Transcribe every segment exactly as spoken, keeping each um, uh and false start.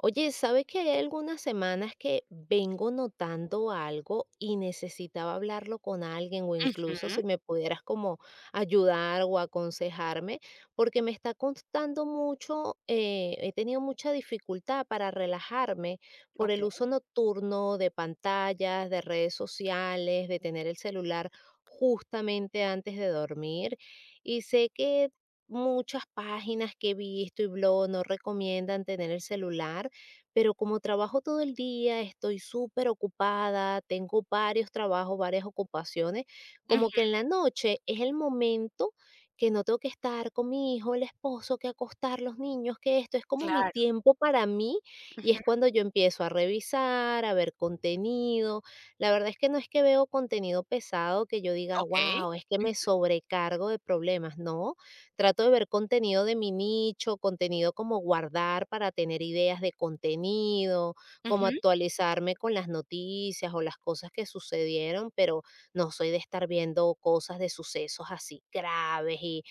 Oye, ¿sabes que hay algunas semanas que vengo notando algo y necesitaba hablarlo con alguien o incluso Ujú. si me pudieras como ayudar o aconsejarme? Porque me está costando mucho, eh, he tenido mucha dificultad para relajarme por el Okey. uso nocturno de pantallas, de redes sociales, de tener el celular justamente antes de dormir. Y sé que... Muchas páginas que he visto y blog no recomiendan tener el celular, pero como trabajo todo el día, estoy súper ocupada, tengo varios trabajos, varias ocupaciones, como que Ujú, en la noche es el momento que no tengo que estar con mi hijo, el esposo, que acostar los niños, que esto es como mi claro. tiempo para mí, y Ujú. es cuando yo empiezo a revisar, a ver contenido. La verdad es que no es que veo contenido pesado que yo diga, Okey. wow, es que me sobrecargo de problemas, no. Trato de ver contenido de mi nicho, contenido como guardar para tener ideas de contenido, como Ujú. actualizarme con las noticias o las cosas que sucedieron, pero no soy de estar viendo cosas de sucesos así graves y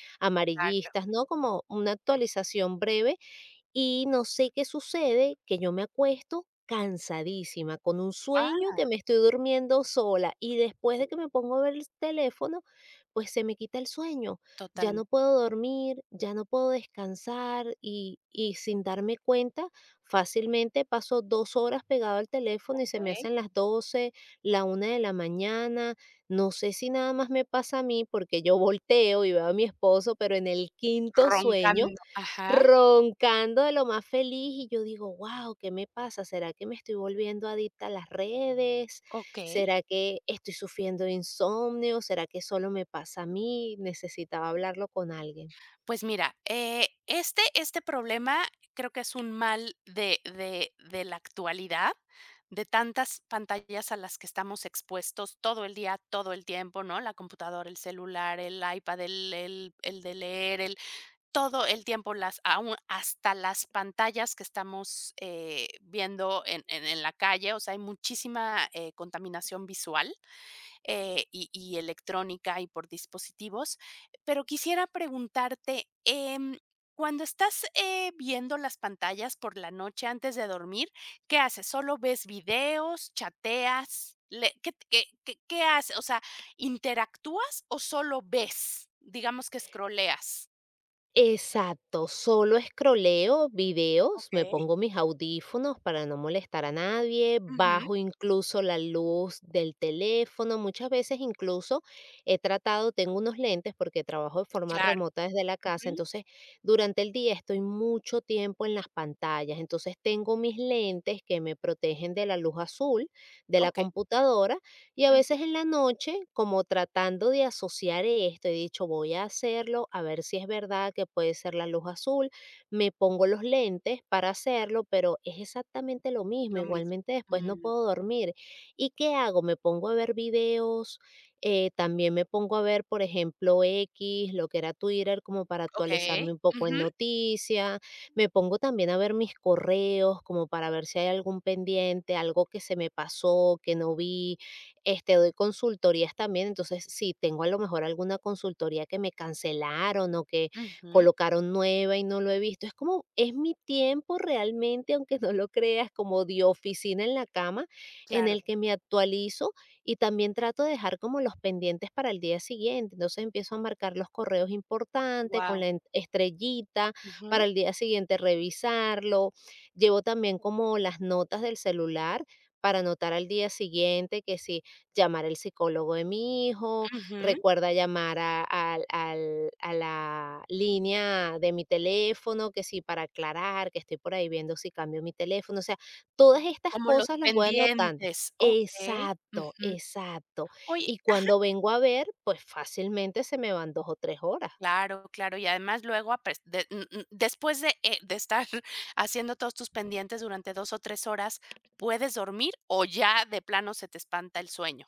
Claro. amarillistas, ¿no? Como una actualización breve, y no sé qué sucede, que yo me acuesto cansadísima, con un Ah, sueño que me estoy durmiendo sola, y después de que me pongo a ver el teléfono, pues se me quita el sueño. Ya no totalmente. puedo dormir, ya no puedo descansar y, y sin darme cuenta, fácilmente paso dos horas pegado al teléfono y se me Okey. hacen las doce, la una de la mañana. No sé si nada más me pasa a mí, porque yo volteo y veo a mi esposo, pero en el quinto sueño, Roncando. Ajá. roncando de lo más feliz, y yo digo, wow, ¿qué me pasa? ¿Será que me estoy volviendo adicta a las redes? Okey. ¿Será que estoy sufriendo de insomnio? ¿Será que solo me pasa a mí? Necesitaba hablarlo con alguien. Pues mira, eh, este este problema creo que es un mal de de de la actualidad, de tantas pantallas a las que estamos expuestos todo el día, todo el tiempo, ¿no? La computadora, el celular, el iPad, el el el de leer, el… Todo el tiempo, las aún hasta las pantallas que estamos, eh, viendo en en en la calle, o sea, hay muchísima, eh, contaminación visual, eh, y y electrónica y por dispositivos. Pero quisiera preguntarte, em, cuando estás, eh, viendo las pantallas por la noche antes de dormir, ¿qué haces? ¿Solo ves videos, chateas? Le ¿qué qué qué qué haces? O sea, ¿interactúas o solo ves? Digamos que scrolleas. Exacto, solo escroleo videos, Ok. me pongo mis audífonos para no molestar a nadie, Ujú, bajo incluso la luz del teléfono, muchas veces incluso he tratado, tengo unos lentes porque trabajo de forma claro. remota desde la casa, Ujú. entonces durante el día estoy mucho tiempo en las pantallas, entonces tengo mis lentes que me protegen de la luz azul de la Okey. computadora, y a Ujú. veces en la noche, como tratando de asociar esto, he dicho, voy a hacerlo, a ver si es verdad que puede ser la luz azul, me pongo los lentes para hacerlo, pero es exactamente lo mismo, Lo mismo. igualmente después no Mm, puedo dormir. ¿Y qué hago? Me pongo a ver videos, eh, también me pongo a ver, por ejemplo, X, lo que era Twitter, como para okey. actualizarme un poco en Ujú, noticias, me pongo también a ver mis correos, como para ver si hay algún pendiente, algo que se me pasó, que no vi, este, doy consultorías también. Entonces, si tengo a lo mejor alguna consultoría que me cancelaron o que ujú, colocaron nueva y no lo he visto, es como, es mi tiempo realmente, aunque no lo creas, como de oficina en la cama, en claro. el que me actualizo y también trato de dejar como los pendientes para el día siguiente. Entonces empiezo a marcar los correos importantes con Wow. la en- estrellita Ujú, para el día siguiente revisarlo. Llevo también como las notas del celular para anotar al día siguiente que si llamar al psicólogo de mi hijo, ujú. recuerda llamar a, al- al- a la línea de mi teléfono, que sí, para aclarar, que estoy por ahí viendo si cambio mi teléfono, o sea, todas estas Como los cosas las voy anotando. pendientes. Okey. Exacto, Ujú. exacto. Oye, Y cuando vengo a ver, pues fácilmente se me van dos o tres horas. claro, claro. Y además luego apres de mm, mm, después de, eh, de estar haciendo todos tus pendientes durante dos o tres horas, ¿puedes dormir o ya de plano se te espanta el sueño?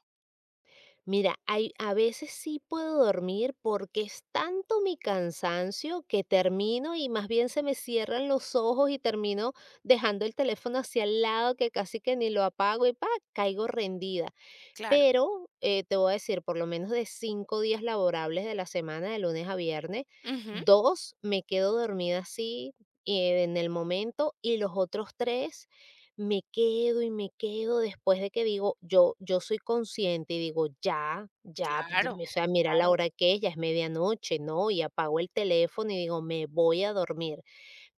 Mira, hay, a veces sí puedo dormir porque es tanto mi cansancio que termino y más bien se me cierran los ojos y termino dejando el teléfono hacia el lado, que casi que ni lo apago, y pa, caigo rendida. Claro. Pero, eh, te voy a decir, por lo menos de cinco días laborables de la semana, de lunes a viernes, Ujú. dos me quedo dormida así, eh, en el momento, y los otros tres me quedo y me quedo después de que digo, yo yo soy consciente y digo: "Ya, ya", ya, Claro, o sea, mira la claro. Ujú. hora que es, ya es medianoche, ¿no? Y apago el teléfono y digo: "Me voy a dormir",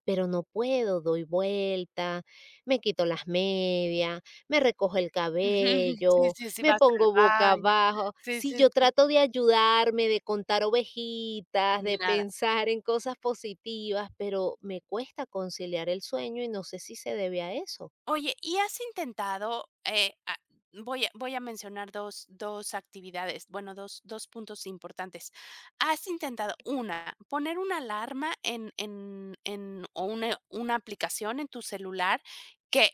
pero no puedo, doy vuelta, me quito las medias, me recojo el Sí, cabello, sí, sí, me vas al pongo boca baño. abajo. Sí, Sí, sí, yo sí. trato de ayudarme, de contar ovejitas, Y de nada. pensar en cosas positivas, pero me cuesta conciliar el sueño y no sé si se debe a eso. Oye, ¿y has intentado, eh, a-? Voy a, voy a mencionar dos, dos actividades, bueno, dos, dos puntos importantes. ¿Has intentado una, poner una alarma en, en, en- o una, una aplicación en tu celular que,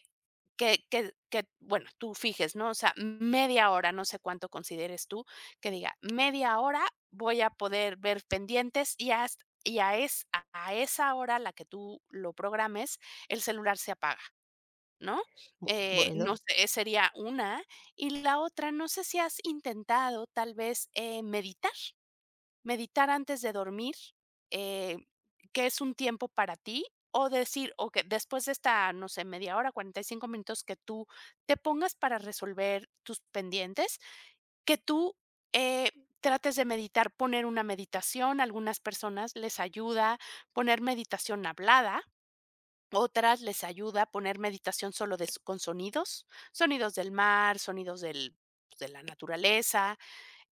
que, que, que, bueno, tú fijes, ¿no? O sea, media hora, no sé cuánto consideres tú, que diga, media hora voy a poder ver pendientes y hasta… Y a, es, a a esa hora a la que tú lo programes, el celular se apaga. ¿No? Bu- Eh, Bueno. No sé, sería una. Y la otra, no sé si has intentado tal vez, eh, meditar, meditar antes de dormir, eh, que es un tiempo para ti, o decir, o que después de esta, no sé, media hora, cuarenta y cinco minutos que tú te pongas para resolver tus pendientes, que tú, eh, trates de meditar, poner una meditación. A algunas personas les ayuda poner meditación hablada. Otras les ayuda a poner meditación solo de s con sonidos, sonidos del mar, sonidos del… pues, de la naturaleza,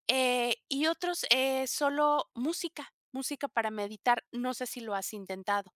eh, y otros, eh, solo música, música para meditar. No sé si lo has intentado.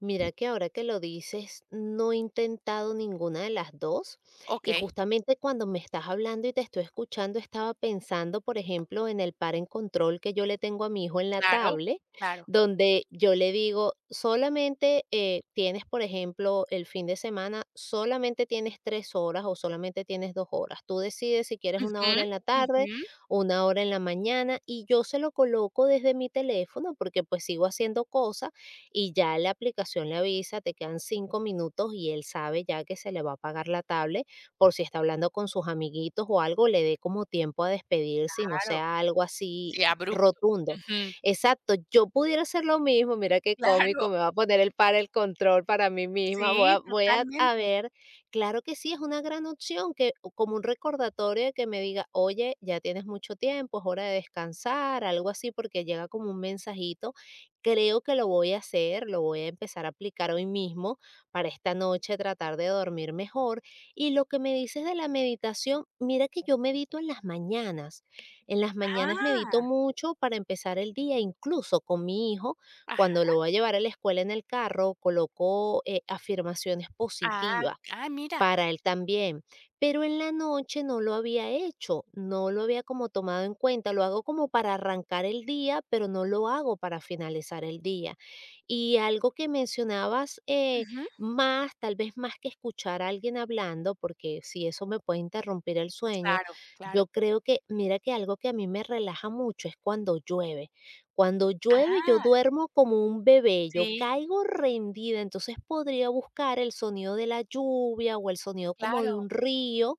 Mira que ahora que lo dices, no he intentado ninguna de las dos. Y Okey, justamente cuando me estás hablando y te estoy escuchando, estaba pensando, por ejemplo, en el par en control que yo le tengo a mi hijo en la claro, tablet, claro. donde yo le digo, solamente eh, tienes, por ejemplo, el fin de semana, solamente tienes tres horas o solamente tienes dos horas. Tú decides si quieres una Ujú, hora en la tarde, ujú. una hora en la mañana, y yo se lo coloco desde mi teléfono porque pues sigo haciendo cosas, y ya la aplicación le avisa, te quedan cinco minutos, y él sabe ya que se le va a pagar la tablet, por si está hablando con sus amiguitos o algo, le dé como tiempo a despedirse y no Claro. sea algo así Sí, abrupto, rotundo. ujú. Exacto, yo pudiera hacer lo mismo, mira qué Claro, cómico, me va a poner el para el control para mí misma, voy sí, a, voy a, a totalmente. ver, claro que sí, es una gran opción, que o como un recordatorio de que me diga, oye, ya tienes mucho tiempo, es hora de descansar, algo así, porque llega como un mensajito. Creo que lo voy a hacer, lo voy a empezar a aplicar hoy mismo para esta noche tratar de dormir mejor. Y lo que me dices de la meditación, mira que yo medito en las mañanas. En las mañanas medito Ah, mucho para empezar el día, incluso con mi hijo, aj, cuando lo voy a llevar a la escuela en el carro, coloco eh, afirmaciones ah, positivas ah, mira. para él también, pero en la noche no lo había hecho, no lo había como tomado en cuenta, lo hago como para arrancar el día, pero no lo hago para finalizar el día. Y algo que mencionabas, eh, Ujú. más, tal vez más que escuchar a alguien hablando, porque si eso me puede interrumpir el sueño, Claro, claro. yo creo que, mira que algo que a mí me relaja mucho es cuando llueve. Cuando llueve, yo Ah, duermo como un bebé, yo sí, caigo rendida, entonces podría buscar el sonido de la lluvia o el sonido como claro. de un río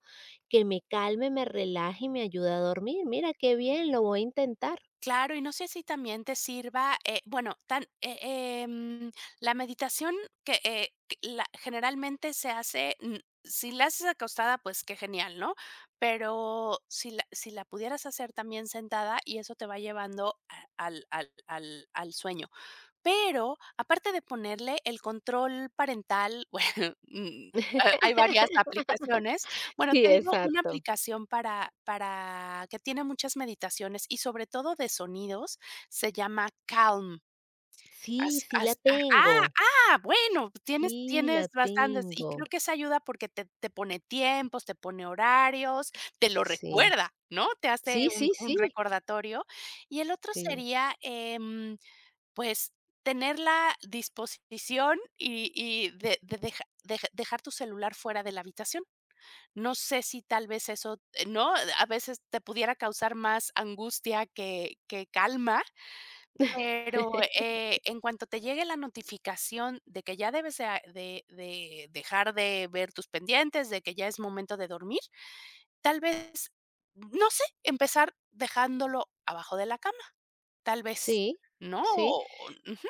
que me calme, me relaje y me ayude a dormir. Mira, qué bien, lo voy a intentar. Claro, y no sé si también te sirva, eh, bueno, tan, eh, em, la meditación que, eh, que la- generalmente se hace, mm, si la haces acostada, pues qué genial, ¿no? Pero si la, si la pudieras hacer también sentada y eso te va llevando a- al, al, al, al sueño. Pero, aparte de ponerle el control parental, bueno, mm, ha hay varias aplicaciones. Bueno, Sí, te digo una exacto. aplicación para para que tiene muchas meditaciones y sobre todo de sonidos, se llama Calm. Sí, Has sí la has ah, ah, tengo, ah, bueno, tienes sí la tienes bastantes, y tengo, creo que esa ayuda porque te te pone tiempos, te pone horarios, te lo sí. recuerda, ¿no? Te hace Sí, un sí, un sí, recordatorio. Y el otro sí. sería, em pues, tener la disposición y y de de deja deja dejar tu celular fuera de la habitación. No sé si tal vez eso, eh, ¿no? A veces te pudiera causar más angustia que que calma, pero, eh, en cuanto te llegue la notificación de que ya debes de a de de dejar de ver tus pendientes, de que ya es momento de dormir, tal vez, no sé, empezar dejándolo abajo de la cama, tal vez, Sí, ¿no? sí. O ujú,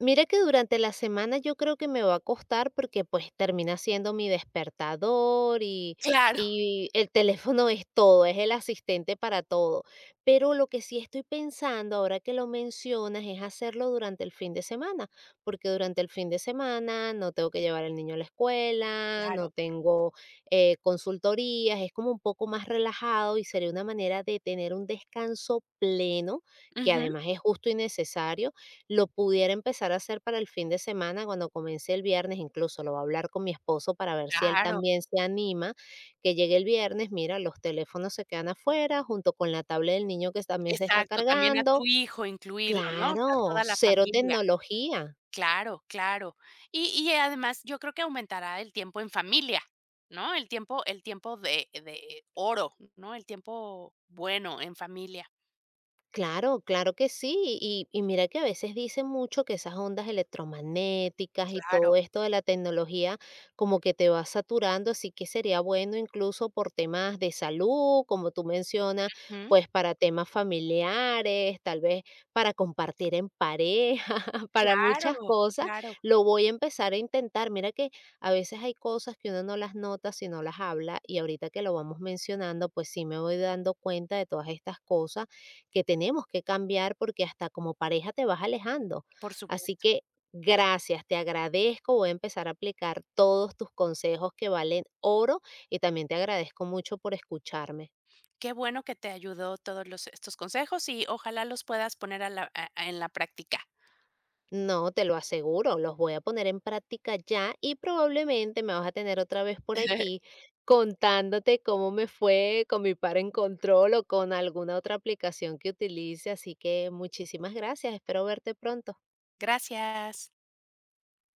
Mira que durante la semana yo creo que me va a costar, porque pues termina siendo mi despertador y, claro. y el teléfono es todo, es el asistente para todo. Pero lo que sí estoy pensando ahora que lo mencionas es hacerlo durante el fin de semana, porque durante el fin de semana no tengo que llevar al niño a la escuela, Claro, no tengo eh, consultorías, es como un poco más relajado y sería una manera de tener un descanso pleno, que ujú, además es justo y necesario. Lo pudiera empezar a hacer para el fin de semana, cuando comience el viernes, incluso lo voy a hablar con mi esposo para ver si él claro, también se anima, que llegue el viernes, mira, los teléfonos se quedan afuera junto con la tablet del niño, que también se está exacto, también a cargando. tu hijo incluirlo, ¿no? O sea, Claro, toda la cero familia. tecnología. Claro, claro. Y y además yo creo que aumentará el tiempo en familia, ¿no? El tiempo el tiempo de de oro, ¿no? El tiempo bueno en familia. Claro, claro que sí. Y, y mira que a veces dicen mucho que esas ondas electromagnéticas y Claro, todo esto de la tecnología como que te va saturando, así que sería bueno, incluso por temas de salud, como tú mencionas, ujú, pues para temas familiares, tal vez para compartir en pareja, para claro, muchas cosas. claro, Lo voy a empezar a intentar. Mira que a veces hay cosas que uno no las nota si no las habla, y ahorita que lo vamos mencionando, pues sí me voy dando cuenta de todas estas cosas que tenemos que cambiar, porque hasta como pareja te vas alejando. por Así supuesto. que gracias, te agradezco, voy a empezar a aplicar todos tus consejos que valen oro, y también te agradezco mucho por escucharme. Qué bueno que te ayudó todos los estos consejos y ojalá los puedas poner a la a a en la práctica. No, te lo aseguro, los voy a poner en práctica ya, y probablemente me vas a tener otra vez por aquí contándote cómo me fue con mi par en control o con alguna otra aplicación que utilice. Así que muchísimas gracias, espero verte pronto. Gracias.